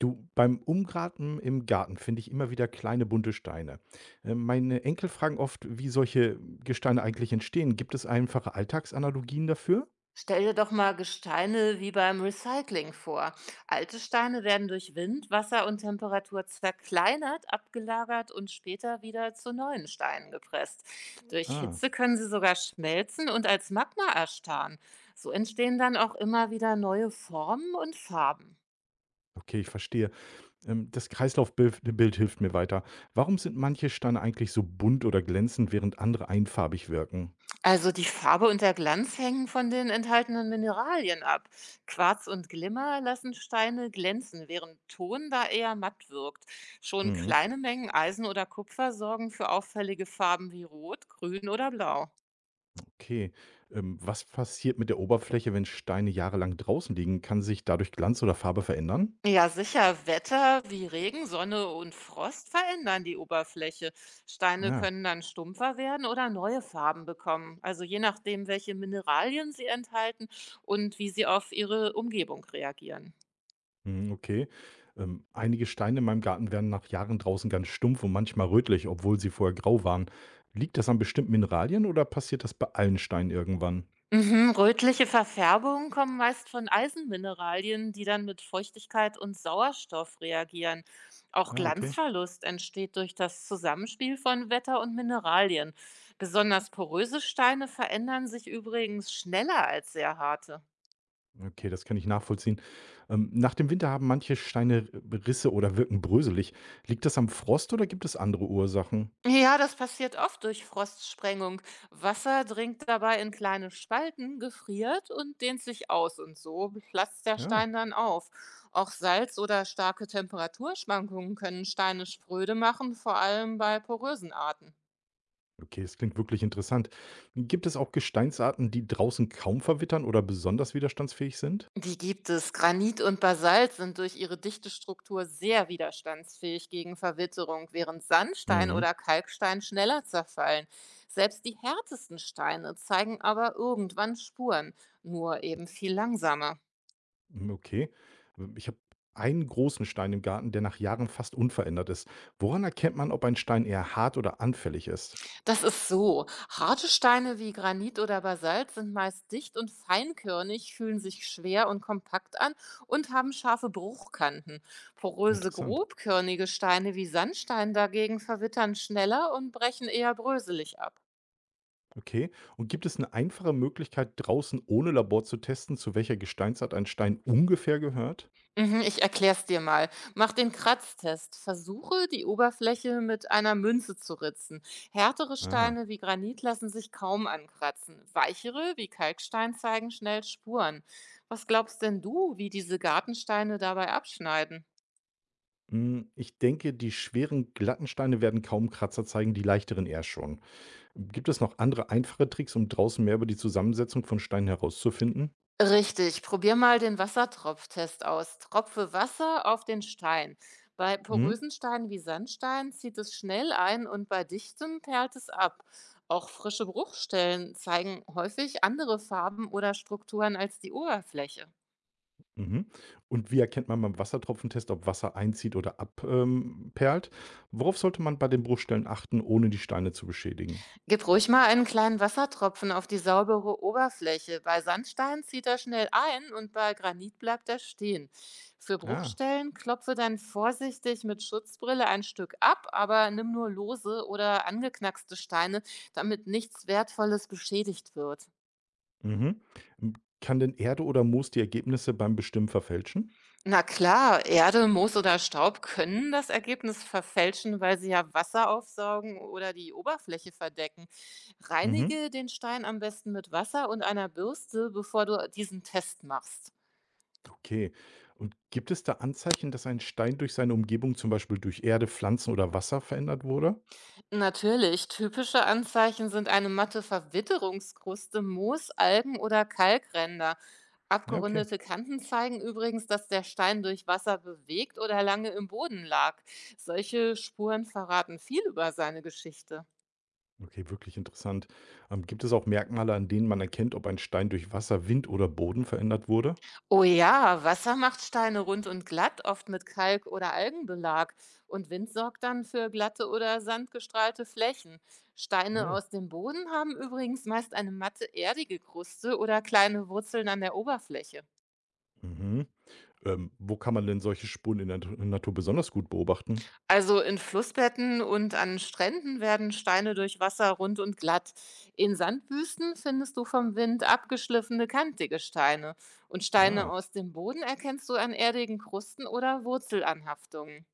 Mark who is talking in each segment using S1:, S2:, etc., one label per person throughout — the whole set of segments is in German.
S1: Du, beim Umgraten im Garten finde ich immer wieder kleine bunte Steine. Meine Enkel fragen oft, wie solche Gesteine eigentlich entstehen. Gibt es einfache Alltagsanalogien dafür?
S2: Stell dir doch mal Gesteine wie beim Recycling vor. Alte Steine werden durch Wind, Wasser und Temperatur zerkleinert, abgelagert und später wieder zu neuen Steinen gepresst. Durch
S1: Ah,
S2: Hitze können sie sogar schmelzen und als Magma erstarren. So entstehen dann auch immer wieder neue Formen und Farben.
S1: okay, ich verstehe. Das Kreislaufbild Bild hilft mir weiter. Warum sind manche Steine eigentlich so bunt oder glänzend, während andere einfarbig wirken?
S2: Also die Farbe und der Glanz hängen von den enthaltenen Mineralien ab. Quarz und Glimmer lassen Steine glänzen, während Ton da eher matt wirkt. Schon
S1: Hm,
S2: kleine Mengen Eisen oder Kupfer sorgen für auffällige Farben wie Rot, Grün oder Blau.
S1: okay. Was passiert mit der Oberfläche, wenn Steine jahrelang draußen liegen? Kann sich dadurch Glanz oder Farbe verändern?
S2: Ja, sicher, Wetter wie Regen, Sonne und Frost verändern die Oberfläche. Steine
S1: Ja.
S2: können dann stumpfer werden oder neue Farben bekommen. Also je nachdem, welche Mineralien sie enthalten und wie sie auf ihre Umgebung reagieren.
S1: Mhm, okay. Einige Steine in meinem Garten werden nach Jahren draußen ganz stumpf und manchmal rötlich, obwohl sie vorher grau waren. Liegt das an bestimmten Mineralien oder passiert das bei allen Steinen irgendwann?
S2: Mhm, rötliche Verfärbungen kommen meist von Eisenmineralien, die dann mit Feuchtigkeit und Sauerstoff reagieren. Auch
S1: Ja, okay.
S2: Glanzverlust entsteht durch das Zusammenspiel von Wetter und Mineralien. Besonders poröse Steine verändern sich übrigens schneller als sehr harte.
S1: Okay, das kann ich nachvollziehen. Nach dem Winter haben manche Steine Risse oder wirken bröselig. Liegt das am Frost oder gibt es andere Ursachen?
S2: Ja, das passiert oft durch Frostsprengung. Wasser dringt dabei in kleine Spalten, gefriert und dehnt sich aus und so platzt der
S1: Ja,
S2: Stein dann auf. Auch Salz oder starke Temperaturschwankungen können Steine spröde machen, vor allem bei porösen Arten.
S1: okay, das klingt wirklich interessant. Gibt es auch Gesteinsarten, die draußen kaum verwittern oder besonders widerstandsfähig sind?
S2: Die gibt es. Granit und Basalt sind durch ihre dichte Struktur sehr widerstandsfähig gegen Verwitterung, während Sandstein
S1: Mhm.
S2: oder Kalkstein schneller zerfallen. Selbst die härtesten Steine zeigen aber irgendwann Spuren, nur eben viel langsamer.
S1: Hm, okay. Ich habe einen großen Stein im Garten, der nach Jahren fast unverändert ist. Woran erkennt man, ob ein Stein eher hart oder anfällig ist?
S2: Das ist so. Harte Steine wie Granit oder Basalt sind meist dicht und feinkörnig, fühlen sich schwer und kompakt an und haben scharfe Bruchkanten. Poröse,
S1: Interessant.
S2: grobkörnige Steine wie Sandstein dagegen verwittern schneller und brechen eher bröselig ab.
S1: Okay. Und gibt es eine einfache Möglichkeit, draußen ohne Labor zu testen, zu welcher Gesteinsart ein Stein ungefähr gehört?
S2: Mhm, ich erkläre es dir mal. Mach den Kratztest. Versuche, die Oberfläche mit einer Münze zu ritzen. Härtere
S1: Ah.
S2: Steine wie Granit lassen sich kaum ankratzen. Weichere wie Kalkstein zeigen schnell Spuren. Was glaubst denn du, wie diese Gartensteine dabei abschneiden?
S1: Hm, ich denke, die schweren, glatten Steine werden kaum Kratzer zeigen, die leichteren eher schon. Gibt es noch andere einfache Tricks, um draußen mehr über die Zusammensetzung von Steinen herauszufinden?
S2: Richtig, probier mal den Wassertropftest aus. Tropfe Wasser auf den Stein. Bei
S1: Hm?
S2: porösen Steinen wie Sandstein zieht es schnell ein und bei dichtem perlt es ab. Auch frische Bruchstellen zeigen häufig andere Farben oder Strukturen als die Oberfläche.
S1: Mhm. Und wie erkennt man beim Wassertropfentest, ob Wasser einzieht oder abperlt? Perlt? Worauf sollte man bei den Bruchstellen achten, ohne die Steine zu beschädigen?
S2: Gib ruhig mal einen kleinen Wassertropfen auf die saubere Oberfläche. Bei Sandstein zieht er schnell ein und bei Granit bleibt er stehen. Für
S1: Ah,
S2: Bruchstellen klopfe dann vorsichtig mit Schutzbrille ein Stück ab, aber nimm nur lose oder angeknackste Steine, damit nichts Wertvolles beschädigt wird.
S1: mhm. M- Kann denn Erde oder Moos die Ergebnisse beim Bestimmen verfälschen?
S2: Na klar, Erde, Moos oder Staub können das Ergebnis verfälschen, weil sie ja Wasser aufsaugen oder die Oberfläche verdecken.
S1: Mhm.
S2: Reinige den Stein am besten mit Wasser und einer Bürste, bevor du diesen Test machst.
S1: Okay. Und gibt es da Anzeichen, dass ein Stein durch seine Umgebung, zum Beispiel durch Erde, Pflanzen oder Wasser verändert wurde?
S2: Natürlich, typische Anzeichen sind eine matte Verwitterungskruste, Moos, Algen oder Kalkränder.
S1: Ja, okay.
S2: Abgerundete Kanten zeigen übrigens, dass der Stein durch Wasser bewegt oder lange im Boden lag. Solche Spuren verraten viel über seine Geschichte.
S1: Okay, wirklich interessant. Gibt es auch Merkmale, an denen man erkennt, ob ein Stein durch Wasser, Wind oder Boden verändert wurde?
S2: Oh ja, Wasser macht Steine rund und glatt, oft mit Kalk oder Algenbelag. Und Wind sorgt dann für glatte oder sandgestrahlte Flächen. Steine
S1: Oh.
S2: aus dem Boden haben übrigens meist eine matte, erdige Kruste oder kleine Wurzeln an der Oberfläche.
S1: Mhm. Wo kann man denn solche Spuren in der Natur besonders gut beobachten?
S2: Also in Flussbetten und an Stränden werden Steine durch Wasser rund und glatt. In Sandwüsten findest du vom Wind abgeschliffene, kantige Steine. Und Steine
S1: Ja,
S2: aus dem Boden erkennst du an erdigen Krusten oder Wurzelanhaftungen.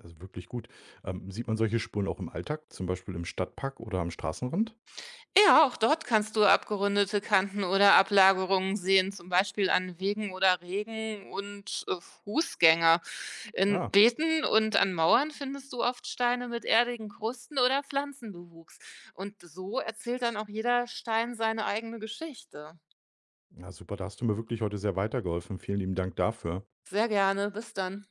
S1: also wirklich gut. Sieht man solche Spuren auch im Alltag, zum Beispiel im Stadtpark oder am Straßenrand?
S2: Ja, auch dort kannst du abgerundete Kanten oder Ablagerungen sehen, zum Beispiel an Wegen oder Regen und Fußgänger. In
S1: Ja,
S2: Beeten und an Mauern findest du oft Steine mit erdigen Krusten oder Pflanzenbewuchs. Und so erzählt dann auch jeder Stein seine eigene Geschichte.
S1: ja, super, da hast du mir wirklich heute sehr weitergeholfen. Vielen lieben Dank dafür.
S2: Sehr gerne, bis dann.